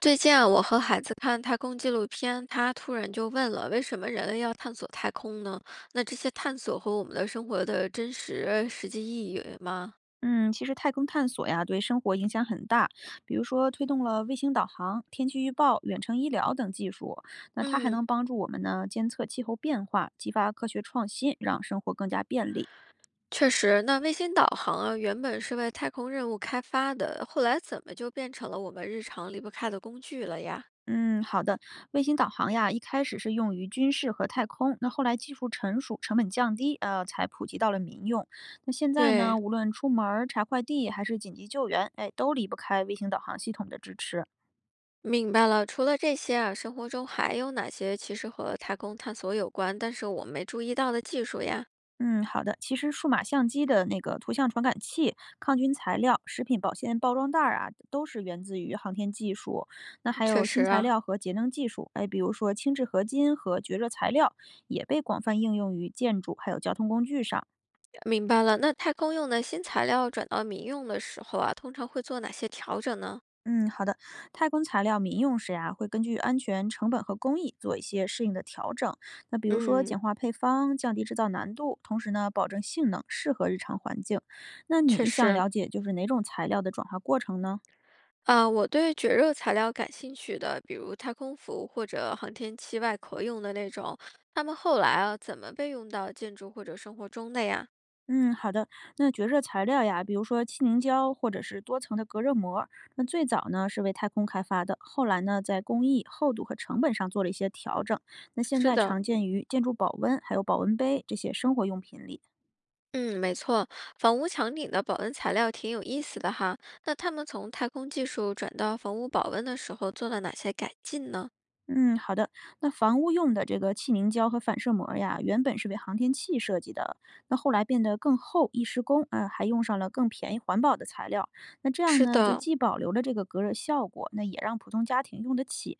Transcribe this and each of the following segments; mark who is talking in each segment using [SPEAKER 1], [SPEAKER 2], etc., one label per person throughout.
[SPEAKER 1] 最近啊，我和孩子看太空纪录片，他突然就问了：为什么人类要探索太空呢？那这些探索和我们的生活的真实实际意义吗？
[SPEAKER 2] 嗯，其实太空探索呀，对生活影响很大。比如说，推动了卫星导航、天气预报、远程医疗等技术。那它还
[SPEAKER 1] 嗯，
[SPEAKER 2] 能帮助我们呢，监测气候变化，激发科学创新，让生活更加便利。
[SPEAKER 1] 确实。那卫星导航啊，原本是为太空任务开发的，后来怎么就变成了我们日常离不开的工具了呀？
[SPEAKER 2] 嗯，好的。卫星导航呀，一开始是用于军事和太空，那后来技术成熟，成本降低，才普及到了民用。那现在
[SPEAKER 1] 对，
[SPEAKER 2] 呢，无论出门儿、查快递还是紧急救援，哎，都离不开卫星导航系统的支持。
[SPEAKER 1] 明白了。除了这些啊，生活中还有哪些其实和太空探索有关，但是我没注意到的技术呀？
[SPEAKER 2] 嗯，好的。其实数码相机的那个图像传感器、抗菌材料、食品保鲜包装袋儿啊，都是源自于航天技术。那还
[SPEAKER 1] 确
[SPEAKER 2] 有
[SPEAKER 1] 实
[SPEAKER 2] 新材
[SPEAKER 1] 啊。
[SPEAKER 2] 料和节能技术，哎，比如说轻质合金和绝热材料，也被广泛应用于建筑还有交通工具上。
[SPEAKER 1] 明白了。那太空用的新材料转到民用的时候啊，通常会做哪些调整呢？
[SPEAKER 2] 嗯，好的。太空材料民用时呀、会根据安全、成本和工艺做一些适应的调整。那比如说
[SPEAKER 1] 嗯，
[SPEAKER 2] 简化配方，降低制造难度，同时呢，保证性能适合日常环境。那
[SPEAKER 1] 确
[SPEAKER 2] 你想
[SPEAKER 1] 实
[SPEAKER 2] 了解就是哪种材料的转化过程呢？
[SPEAKER 1] 啊，我对绝热材料感兴趣的，比如太空服或者航天器外壳用的那种，它们后来啊怎么被用到建筑或者生活中的呀？
[SPEAKER 2] 嗯，好的。那绝热材料呀，比如说气凝胶或者是多层的隔热膜，那最早呢是为太空开发的，后来呢在工艺、厚度和成本上做了一些调整。那现
[SPEAKER 1] 是
[SPEAKER 2] 在
[SPEAKER 1] 的，
[SPEAKER 2] 常见于建筑保温还有保温杯这些生活用品里。
[SPEAKER 1] 嗯，没错，房屋墙顶的保温材料挺有意思的哈。那他们从太空技术转到房屋保温的时候做了哪些改进呢？
[SPEAKER 2] 嗯，好的。那房屋用的这个气凝胶和反射膜呀，原本是为航天器设计的，那后来变得更厚、易施工，啊，还用上了更便宜、环保的材料。那这样
[SPEAKER 1] 是
[SPEAKER 2] 呢，就
[SPEAKER 1] 的。
[SPEAKER 2] 既保留了这个隔热效果，那也让普通家庭用得起。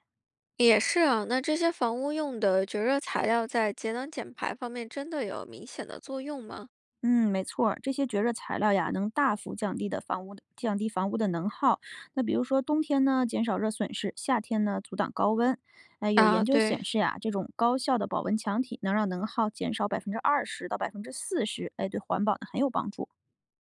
[SPEAKER 1] 也是啊，那这些房屋用的绝热材料在节能减排方面真的有明显的作用吗？
[SPEAKER 2] 嗯，没错儿。这些绝热材料呀，能大幅降低房屋的能耗。那比如说冬天呢，减少热损失；夏天呢，阻挡高温。哎，有研
[SPEAKER 1] 啊，
[SPEAKER 2] 究
[SPEAKER 1] 对，
[SPEAKER 2] 显示呀，这种高效的保温墙体能让能耗减少20%到40%。哎，对环保呢很有帮助。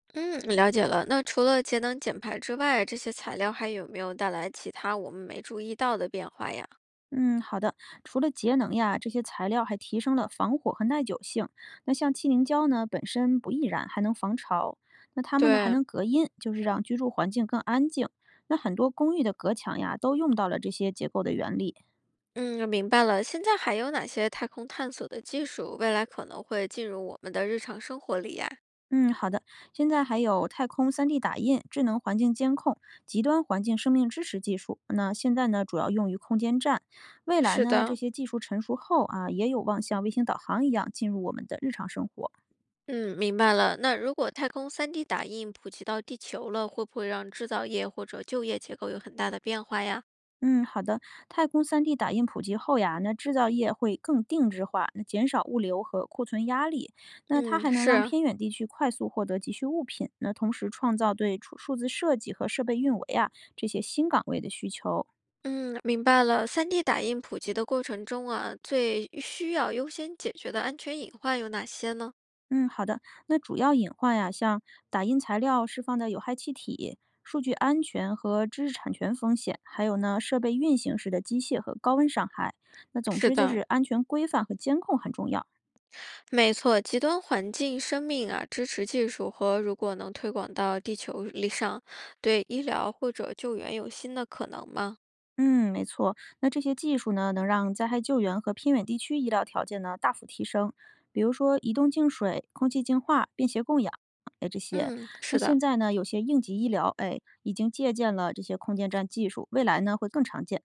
[SPEAKER 1] 嗯，了解了。那除了节能减排之外，这些材料还有没有带来其他我们没注意到的变化呀？
[SPEAKER 2] 嗯，好的。除了节能呀，这些材料还提升了防火和耐久性。那像气凝胶呢，本身不易燃，还能防潮。那它们呢，还
[SPEAKER 1] 对，
[SPEAKER 2] 能隔音，就是让居住环境更安静。那很多公寓的隔墙呀，都用到了这些结构的原理。
[SPEAKER 1] 嗯，明白了。现在还有哪些太空探索的技术，未来可能会进入我们的日常生活里呀？
[SPEAKER 2] 嗯，好的。现在还有太空3D 打印、智能环境监控、极端环境生命支持技术。那现在呢，主要用于空间站。未来
[SPEAKER 1] 是
[SPEAKER 2] 呢，这
[SPEAKER 1] 的。
[SPEAKER 2] 些技术成熟后啊，也有望像卫星导航一样进入我们的日常生活。
[SPEAKER 1] 嗯，明白了。那如果太空 3D 打印普及到地球了，会不会让制造业或者就业结构有很大的变化呀？
[SPEAKER 2] 嗯，好的。太空 3D 打印普及后呀，那制造业会更定制化，那减少物流和库存压力。那它
[SPEAKER 1] 嗯，
[SPEAKER 2] 还能让
[SPEAKER 1] 是，
[SPEAKER 2] 偏远地区快速获得急需物品，那同时创造对数字设计和设备运维啊这些新岗位的需求。
[SPEAKER 1] 嗯，明白了。3D 打印普及的过程中啊，最需要优先解决的安全隐患有哪些呢？
[SPEAKER 2] 嗯，好的。那主要隐患呀，像打印材料释放的有害气体、数据安全和知识产权风险，还有呢设备运行时的机械和高温伤害。那总
[SPEAKER 1] 是
[SPEAKER 2] 之就是
[SPEAKER 1] 的，
[SPEAKER 2] 安全规范和监控很重要。
[SPEAKER 1] 没错，极端环境、生命啊，支持技术和如果能推广到地球仪上，对医疗或者救援有新的可能吗？
[SPEAKER 2] 嗯，没错。那这些技术呢，能让灾害救援和偏远地区医疗条件呢大幅提升，比如说移动净水、空气净化、便携供氧，哎，这些。
[SPEAKER 1] 嗯，
[SPEAKER 2] 那
[SPEAKER 1] 是的，
[SPEAKER 2] 现在呢，有些应急医疗，哎，已经借鉴了这些空间站技术，未来呢会更常见。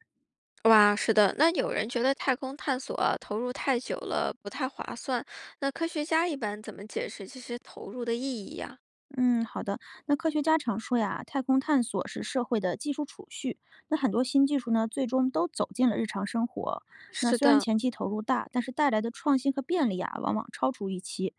[SPEAKER 1] 哇，是的。那有人觉得太空探索啊投入太久了，不太划算。那科学家一般怎么解释这些投入的意义呀？
[SPEAKER 2] 嗯，好的。那科学家常说呀，太空探索是社会的技术储蓄。那很多新技术呢，最终都走进了日常生活。那
[SPEAKER 1] 是
[SPEAKER 2] 虽然
[SPEAKER 1] 的，
[SPEAKER 2] 前期投入大，但是带来的创新和便利啊，往往超出预期。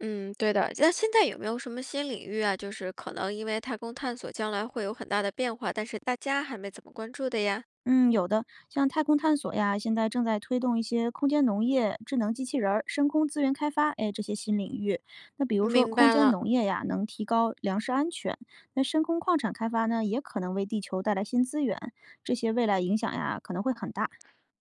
[SPEAKER 1] 嗯，对的。那现在有没有什么新领域啊？就是可能因为太空探索将来会有很大的变化，但是大家还没怎么关注的呀？
[SPEAKER 2] 嗯，有的，像太空探索呀，现在正在推动一些空间农业、智能机器人儿、深空资源开发，哎，这些新领域。那比如说
[SPEAKER 1] 明
[SPEAKER 2] 空
[SPEAKER 1] 白
[SPEAKER 2] 间
[SPEAKER 1] 了。
[SPEAKER 2] 农业呀，能提高粮食安全；那深空矿产开发呢，也可能为地球带来新资源。这些未来影响呀，可能会很大。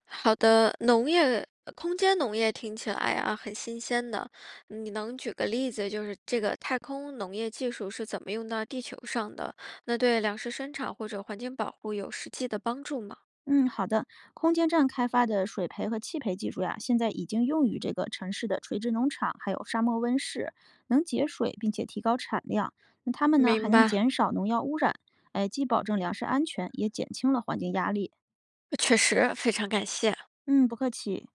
[SPEAKER 1] 好的，农业，空间农业听起来啊很新鲜的。你能举个例子，就是这个太空农业技术是怎么用到地球上的？那对粮食生产或者环境保护有实际的帮助吗？
[SPEAKER 2] 嗯，好的。空间站开发的水培和气培技术呀，现在已经用于这个城市的垂直农场，还有沙漠温室，能节水并且提高产量。那它们呢，还
[SPEAKER 1] 明
[SPEAKER 2] 能
[SPEAKER 1] 白，
[SPEAKER 2] 减少农药污染，哎，既保证粮食安全，也减轻了环境压力。
[SPEAKER 1] 确实非常感谢。
[SPEAKER 2] 嗯，不客气。